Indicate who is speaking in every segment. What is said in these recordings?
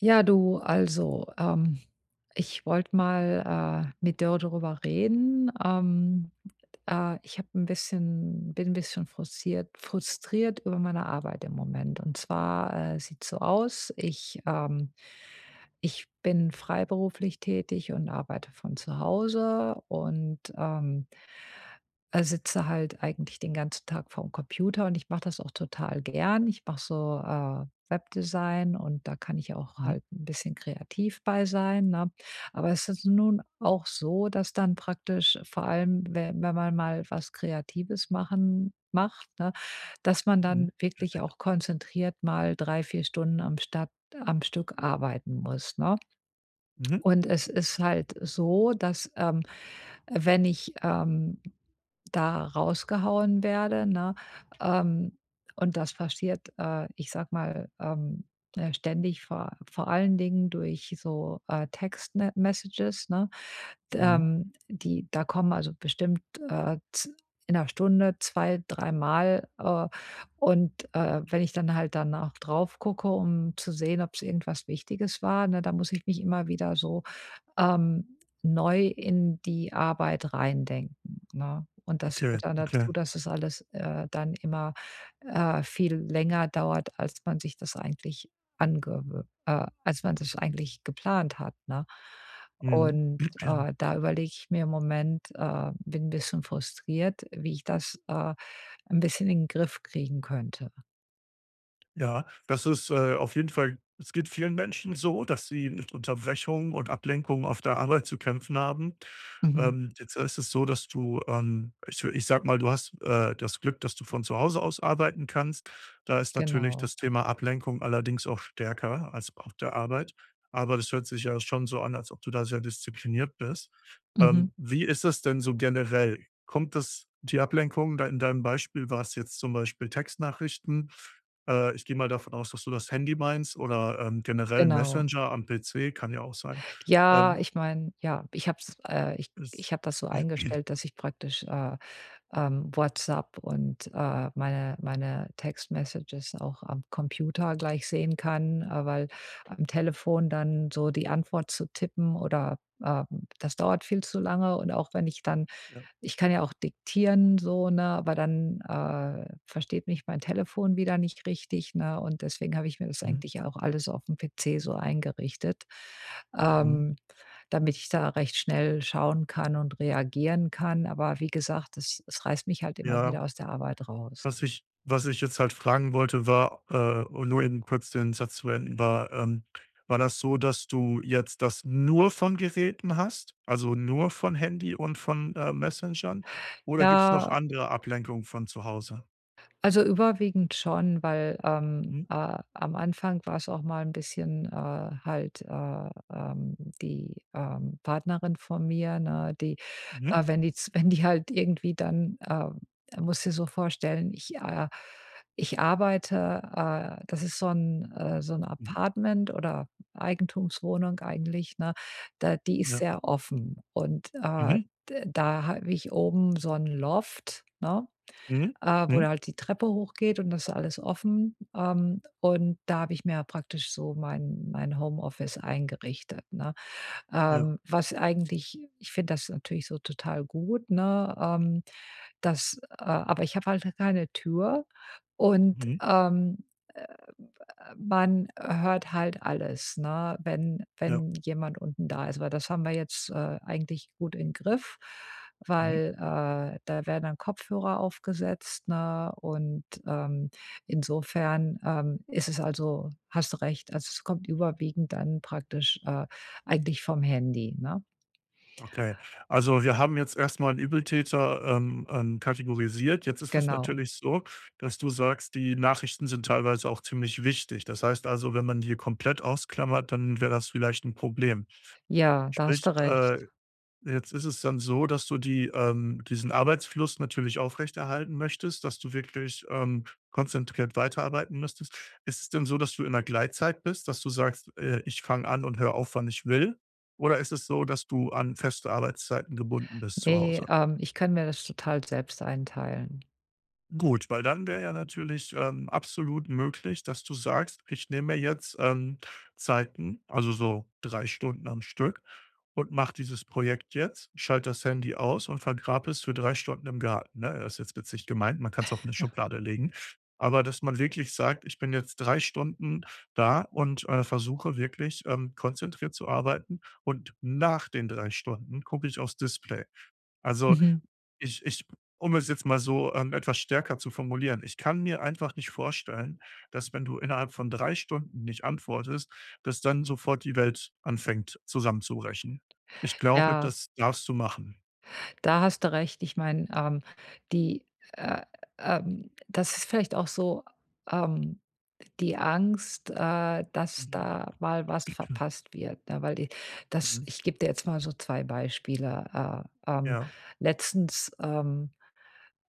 Speaker 1: Ja, du, also, ich wollte mal mit dir darüber reden. Ich habe 'n bisschen bin ein bisschen frustriert über meine Arbeit im Moment. Und zwar, sieht's so aus, ich bin freiberuflich tätig und arbeite von zu Hause und, sitze halt eigentlich den ganzen Tag vorm Computer und ich mache das auch total gern. Ich mache so, Webdesign und da kann ich auch
Speaker 2: Mhm,
Speaker 1: halt ein bisschen kreativ bei sein, ne? Aber es ist nun auch so, dass dann praktisch vor allem, wenn man mal was Kreatives machen macht, ne, dass man
Speaker 2: mhm,
Speaker 1: dann wirklich auch konzentriert mal 3, 4 Stunden am Stück arbeiten muss, ne?
Speaker 2: mhm,
Speaker 1: Und es ist halt so, dass, wenn ich, da rausgehauen werde, ne, ähm, und das passiert, ich sag mal, ständig, vor allen Dingen durch so, Textme Messages, ne?
Speaker 2: mhm.
Speaker 1: Die da kommen also bestimmt, z in einer Stunde zwei dreimal, und, wenn ich dann halt dann auch drauf gucke, um zu sehen, ob es irgendwas Wichtiges war, ne, da muss ich mich immer wieder so neu in die Arbeit reindenken, ne? Und das
Speaker 2: Okay,
Speaker 1: führt dann
Speaker 2: okay.
Speaker 1: dazu, dass es alles, dann immer, viel länger dauert, als man sich das eigentlich als man das eigentlich geplant hat, ne?
Speaker 2: Mhm.
Speaker 1: Und, da überlege ich mir im Moment bin ein bisschen frustriert, wie ich das, 'n bisschen in 'n Griff kriegen könnte.
Speaker 2: Ja, das ist, auf jeden Fall es geht vielen Menschen so, dass sie mit Unterbrechungen und Ablenkungen auf der Arbeit zu kämpfen haben.
Speaker 1: Mhm,
Speaker 2: Jetzt ist es so, dass du, ich sage mal, du hast, das Glück, dass du von zu Hause aus arbeiten kannst. Da ist natürlich
Speaker 1: genau.
Speaker 2: das Thema Ablenkung allerdings auch stärker als auf der Arbeit. Aber das hört sich ja schon so an, als ob du da sehr diszipliniert bist.
Speaker 1: Mhm.
Speaker 2: Wie ist das denn so generell? Kommt das die Ablenkung da in deinem Beispiel war es jetzt zum Beispiel Textnachrichten ich gehe mal davon aus, dass du das Handy meinst oder, generell
Speaker 1: Genau.
Speaker 2: Messenger am PC, kann ja auch sein.
Speaker 1: Ja,
Speaker 2: Ähm,
Speaker 1: ich meine, ja, ich
Speaker 2: es
Speaker 1: hab das so eingestellt, dass ich praktisch, WhatsApp und, meine Text-Messages auch am Computer gleich sehen kann, weil am Telefon dann so die Antwort zu tippen oder, ähm, das dauert viel zu lange und auch wenn ich dann
Speaker 2: ja,
Speaker 1: ich kann ja auch diktieren so, ne, aber dann, versteht mich mein Telefon wieder nicht richtig, ne, und deswegen habe ich mir das
Speaker 2: mhm,
Speaker 1: eigentlich ja auch alles auf auf'm PC so eingerichtet,
Speaker 2: mhm.
Speaker 1: ähm, damit ich da recht schnell schauen kann und reagieren kann. Aber wie gesagt, es reißt mich halt immer
Speaker 2: Ja,
Speaker 1: wieder aus der Arbeit raus.
Speaker 2: was ich jetzt halt fragen wollte, war, um nur eben kurz den Satz zu enden war, war das so, dass du jetzt das nur von Geräten hast, also nur von Handy und von, Messengern oder gibt's
Speaker 1: Ja,
Speaker 2: noch andere Ablenkungen von zu Hause?
Speaker 1: also überwiegend schon, weil,
Speaker 2: Mhm,
Speaker 1: am Anfang war es auch mal ein bisschen, halt, die, Partnerin von mir, ne, die
Speaker 2: mhm,
Speaker 1: Wenn die z wenn die halt irgendwie dann, musst dir so vorstellen, ich arbeite, das ist so 'n
Speaker 2: mhm,
Speaker 1: Apartment oder Eigentumswohnung eigentlich, ne? Da die ist
Speaker 2: ja,
Speaker 1: sehr offen und,
Speaker 2: mhm,
Speaker 1: d da habe ich oben so ein Loft, ne,
Speaker 2: mhm,
Speaker 1: wo
Speaker 2: mhm,
Speaker 1: halt die Treppe hochgeht und das ist alles offen. Und da habe ich mir praktisch so mein Homeoffice eingerichtet, ne?
Speaker 2: ja,
Speaker 1: Was eigentlich Ich finde das natürlich so total gut, ne? Das Aber ich habe halt keine Tür und,
Speaker 2: mhm,
Speaker 1: äh, man hört halt alles, ne, wenn
Speaker 2: ja,
Speaker 1: jemand unten da ist. Weil das haben wir jetzt, eigentlich gut in Griff,
Speaker 2: mhm.
Speaker 1: weil, da werden dann Kopfhörer aufgesetzt, ne? Und, insofern, ist es also hast du recht, also es kommt überwiegend dann praktisch, eigentlich vom Handy, ne?
Speaker 2: Okay, also wir haben jetzt erst mal 'n Übeltäter, kategorisiert. Jetzt ist es
Speaker 1: Genau.
Speaker 2: natürlich so, dass du sagst, die Nachrichten sind teilweise auch ziemlich wichtig. Das heißt also, wenn man die komplett ausklammert, dann wäre das vielleicht ein Problem.
Speaker 1: Ja, da hast
Speaker 2: Sprich,
Speaker 1: du recht.
Speaker 2: jetzt ist es dann so, dass du die, diesen Arbeitsfluss natürlich aufrechterhalten möchtest, dass du wirklich, konzentriert weiterarbeiten müsstest. Ist es denn so, dass du in der Gleitzeit bist, dass du sagst: Ich fange an und höre auf, wann ich will?“ Oder ist es so, dass du an feste Arbeitszeiten gebunden bist zu
Speaker 1: Ne,
Speaker 2: Hause?
Speaker 1: ich kann mir das total selbst einteilen.
Speaker 2: Gut, weil dann wäre ja natürlich, absolut möglich, dass du sagst: „Ich nehme mir jetzt, Zeiten, also so 3 Stunden am Stück und mache dieses Projekt jetzt, schalte das Handy aus und vergrabe es für 3 Stunden im Garten“, ne? Das ist jetzt witzig gemeint, man kann es auch in eine Schublade legen. Aber dass man wirklich sagt: „Ich bin jetzt 3 Stunden da und, versuche wirklich, konzentriert zu arbeiten und nach den 3 Stunden gucke ich aufs Display.“ Also
Speaker 1: Mhm.
Speaker 2: ich um es jetzt mal so, etwas stärker zu formulieren, ich kann mir einfach nicht vorstellen, dass wenn du innerhalb von 3 Stunden nicht antwortest, dass dann sofort die Welt anfängt zusammenzubrechen. Ich glaube,
Speaker 1: Ja,
Speaker 2: das darfst du machen.
Speaker 1: da hast du recht. Ich meine, die äh, das ist vielleicht auch so, ähm, die Angst, dass
Speaker 2: Mhm,
Speaker 1: da mal was verpasst wird, ne? Weil die, das
Speaker 2: mhm,
Speaker 1: Ich gebe dir jetzt mal so 2 Beispiele.
Speaker 2: ja,
Speaker 1: Letztens, ähm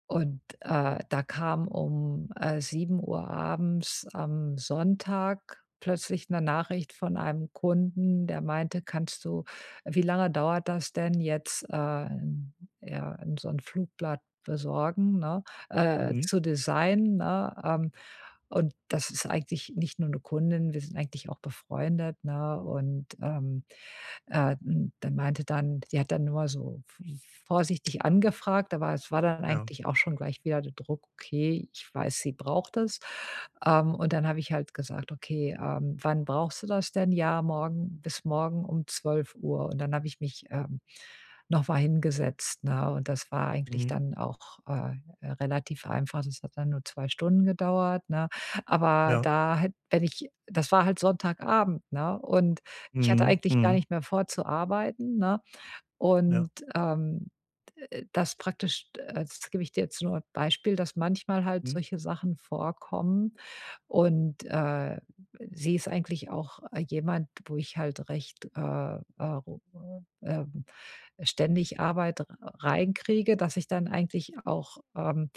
Speaker 1: Und, da kam um, 7 Uhr abends am Sonntag plötzlich eine Nachricht von einem Kunden, der meinte: „Kannst du Wie lange dauert das denn jetzt, 'n ja, ein so ein Flugblatt besorgen, ne,
Speaker 2: mhm,
Speaker 1: zu designen", ne? Und das ist eigentlich nicht nur eine Kundin, wir sind eigentlich auch befreundet, ne? Und, äh, dann meinte dann sie hat dann nur so vorsichtig angefragt, aber es war dann
Speaker 2: ja,
Speaker 1: eigentlich auch schon gleich wieder der Druck: „Okay, ich weiß, sie braucht es." Und dann habe ich halt gesagt: „Okay, wann brauchst du das denn?" „Ja, morgen bis morgen um 12 Uhr." Und dann habe ich mich, noch mal hingesetzt, ne? Und das war eigentlich
Speaker 2: mhm,
Speaker 1: dann auch, relativ einfach. Das hat dann nur 2 Stunden gedauert, ne? Aber
Speaker 2: ja,
Speaker 1: da hätt wenn ich das war halt Sonntagabend, ne? Und ich hatte
Speaker 2: mhm,
Speaker 1: eigentlich gar
Speaker 2: mhm,
Speaker 1: nicht mehr vor zu arbeiten, ne?
Speaker 2: ja,
Speaker 1: Und, ähm, das gebe ich dir jetzt nur als Beispiel, dass manchmal halt
Speaker 2: mhm,
Speaker 1: solche Sachen vorkommen und, sie ist eigentlich auch, jemand, wo ich halt recht, ähm ständig Arbeit reinkriege, dass ich dann eigentlich auch,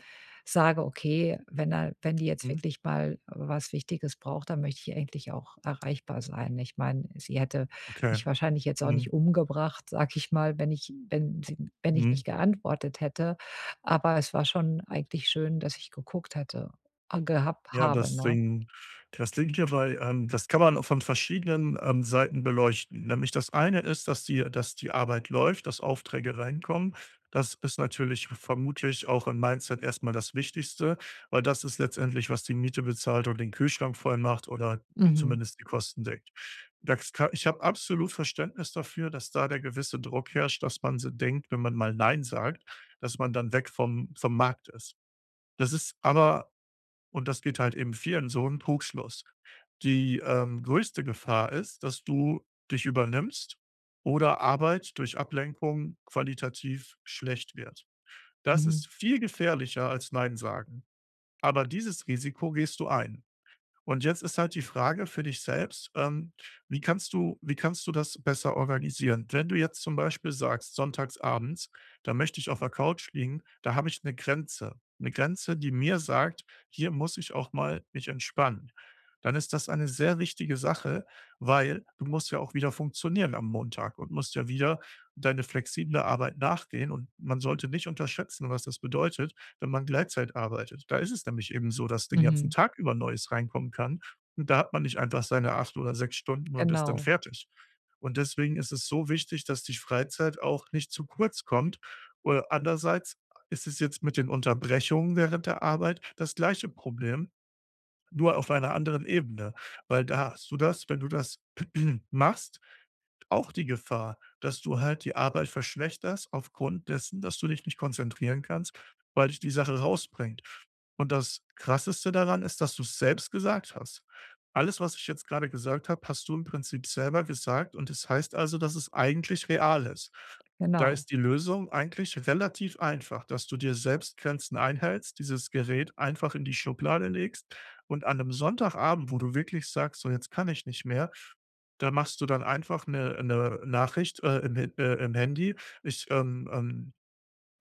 Speaker 1: sage: „Okay, wenn er, wenn die jetzt
Speaker 2: mhm,
Speaker 1: wirklich mal was Wichtiges braucht, dann möchte ich eigentlich auch erreichbar sein." Ich meine, sie hätte
Speaker 2: okay,
Speaker 1: mich wahrscheinlich jetzt auch
Speaker 2: mhm,
Speaker 1: nicht umgebracht, sag ich mal, wenn ich
Speaker 2: mhm.
Speaker 1: nicht geantwortet hätte, aber es war schon eigentlich schön, dass ich geguckt hätte gehabt
Speaker 2: Ja,
Speaker 1: habe,
Speaker 2: das
Speaker 1: ne?
Speaker 2: Ding das Ding hierbei, das kann man auch von verschiedenen, Seiten beleuchten. Nämlich das eine ist, dass die Arbeit läuft, dass Aufträge reinkommen. Das ist natürlich vermutlich auch im Mindset erstmal das Wichtigste, weil das ist letztendlich, was die Miete bezahlt und den Kühlschrank voll macht oder
Speaker 1: Mhm,
Speaker 2: zumindest die Kosten deckt. Das ka Ich habe absolut Verständnis dafür, dass da der gewisse Druck herrscht, dass man so denkt, wenn man mal „Nein“ sagt, dass man dann weg vom Markt ist. Das ist aber und das geht halt eben vielen so 'n Trugschluss. Die, größte Gefahr ist, dass du dich übernimmst oder Arbeit durch Ablenkung qualitativ schlecht wird. Das
Speaker 1: mhm,
Speaker 2: ist viel gefährlicher als „Nein“ sagen, aber dieses Risiko gehst du ein. Und jetzt ist halt die Frage für dich selbst, wie kannst du das besser organisieren? Wenn du jetzt zum Beispiel sagst, sonntags abends, da möchte ich auf der Couch liegen, da habe ich eine Grenze, die mir sagt: „Hier muss ich auch mal mich entspannen.“ Dann ist das eine sehr wichtige Sache, weil du musst ja auch wieder funktionieren am Montag und musst ja wieder deine flexible Arbeit nachgehen und man sollte nicht unterschätzen, was das bedeutet, wenn man Gleitzeit arbeitet. Da ist es nämlich eben so, dass den ganzen
Speaker 1: mhm.
Speaker 2: Tag über Neues reinkommen kann. Und da hat man nicht einfach seine 8 oder 6 Stunden und ist dann
Speaker 1: Genau,
Speaker 2: fertig. Und deswegen ist es so wichtig, dass die Freizeit auch nicht zu kurz kommt. Oder andererseits ist es jetzt mit den Unterbrechungen während der Arbeit das gleiche Problem, nur auf einer anderen Ebene, weil da hast du das, wenn du das machst, auch die Gefahr, dass du halt die Arbeit verschlechterst aufgrund dessen, dass du dich nicht konzentrieren kannst, weil dich die Sache rausbringt. Und das Krasseste daran ist, dass du's selbst gesagt hast. Alles, was ich jetzt gerade gesagt habe, hast du im Prinzip selber gesagt und das heißt also, dass es eigentlich real ist. Da
Speaker 1: genau,
Speaker 2: ist die Lösung eigentlich relativ einfach, dass du dir selbst Grenzen einhältst, dieses Gerät einfach in die Schublade legst und an einem Sonntagabend, wo du wirklich sagst: „So, jetzt kann ich nicht mehr“, da machst du dann einfach eine 'ne Nachricht, im Hin im Handy. „Ich,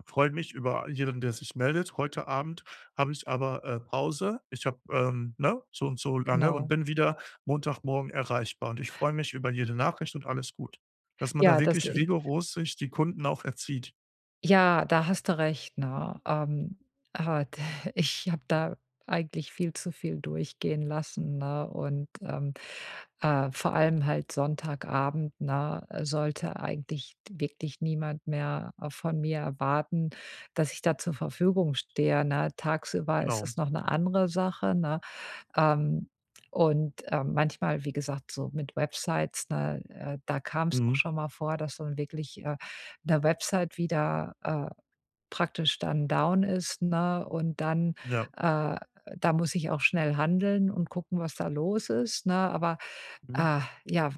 Speaker 2: freue mich über jeden, der sich meldet. Heute Abend habe ich aber, Pause. Ich habe, ne, so und so lange und
Speaker 1: genau.
Speaker 2: bin wieder Montagmorgen erreichbar und ich freue mich über jede Nachricht und alles gut.“ Dass man da
Speaker 1: Ja, das
Speaker 2: wirklich rigoros sich die Kunden auch erzieht.
Speaker 1: ja, da hast du recht, ne? Ah, d Ich habe da eigentlich viel zu viel durchgehen lassen, ne? Und, vor allem halt Sonntagabend, ne, sollte eigentlich wirklich niemand mehr, von mir erwarten, dass ich da zur Verfügung stehe, ne? Tagsüber ist
Speaker 2: Genau.
Speaker 1: das noch eine andere Sache, ne? Ähm, und, manchmal, wie gesagt, so mit Websites, ne, da kam's auch
Speaker 2: Mhm.
Speaker 1: schon mal vor, dass dann wirklich, 'ne Website wieder, praktisch dann down ist, ne? Und dann,
Speaker 2: Ja.
Speaker 1: äh da muss ich auch schnell handeln und gucken, was da los ist, ne? Aber, ja,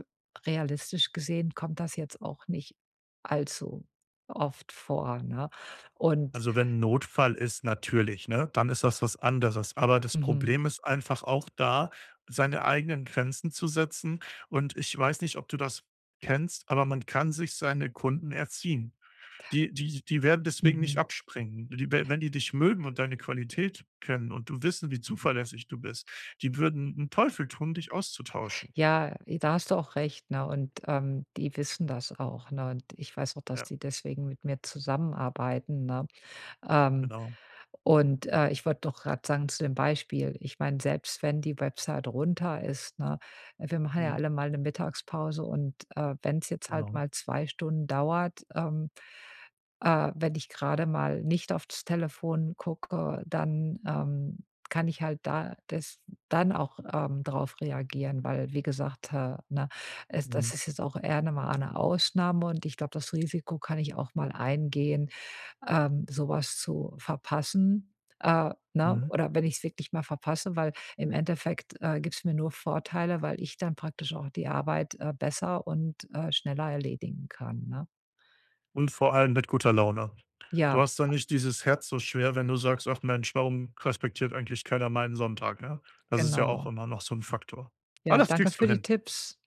Speaker 1: realistisch gesehen kommt das jetzt auch nicht allzu oft vor, ne? Und
Speaker 2: Also wenn 'n Notfall ist, natürlich, ne, dann ist das was anderes. Aber das
Speaker 1: mhm,
Speaker 2: Problem ist einfach auch da, seine eigenen Grenzen zu setzen. Und ich weiß nicht, ob du das kennst, aber man kann sich seine Kunden erziehen. Die werden deswegen nicht
Speaker 1: mhm.
Speaker 2: abspringen. Die we Wenn die dich mögen und deine Qualität kennen und du wissen, wie zuverlässig du bist, die würden einen Teufel tun, dich auszutauschen.
Speaker 1: Ja, da hast du auch recht, ne? Und, die wissen das auch, ne? Und ich weiß auch, dass
Speaker 2: Ja,
Speaker 1: die deswegen mit mir zusammenarbeiten, ne? Ähm,
Speaker 2: genau.
Speaker 1: und, ich wollte doch gerade sagen zu dem Beispiel, ich meine, selbst wenn die Website runter ist, ne, wir machen ja
Speaker 2: Mhm,
Speaker 1: alle mal eine Mittagspause und, wenn es jetzt halt
Speaker 2: genau.
Speaker 1: mal 2 Stunden dauert, wenn ich gerade mal nicht aufs Telefon gucke, dann, kann ich halt da das dann auch, drauf reagieren, weil wie gesagt, ne, es
Speaker 2: Mhm,
Speaker 1: das ist jetzt auch eher eine mal 'ne Ausnahme und ich glaube, das Risiko kann ich auch mal eingehen, so zu verpassen, ne?
Speaker 2: mhm.
Speaker 1: Oder wenn ich es wirklich mal verpasse, weil im Endeffekt, gibt es mir nur Vorteile, weil ich dann praktisch auch die Arbeit, besser und, schneller erledigen kann, ne?
Speaker 2: Und vor allem mit guter Laune.
Speaker 1: Ja,
Speaker 2: Du hast dann nicht dieses Herz so schwer, wenn du sagst: „Ach Mensch, warum respektiert eigentlich keiner meinen Sonntag“, ne? Das ist ja auch
Speaker 1: genau.
Speaker 2: immer noch so ein Faktor. Aber
Speaker 1: Ja,
Speaker 2: das
Speaker 1: danke
Speaker 2: kriegst
Speaker 1: für
Speaker 2: du
Speaker 1: die
Speaker 2: hin.
Speaker 1: Tipps.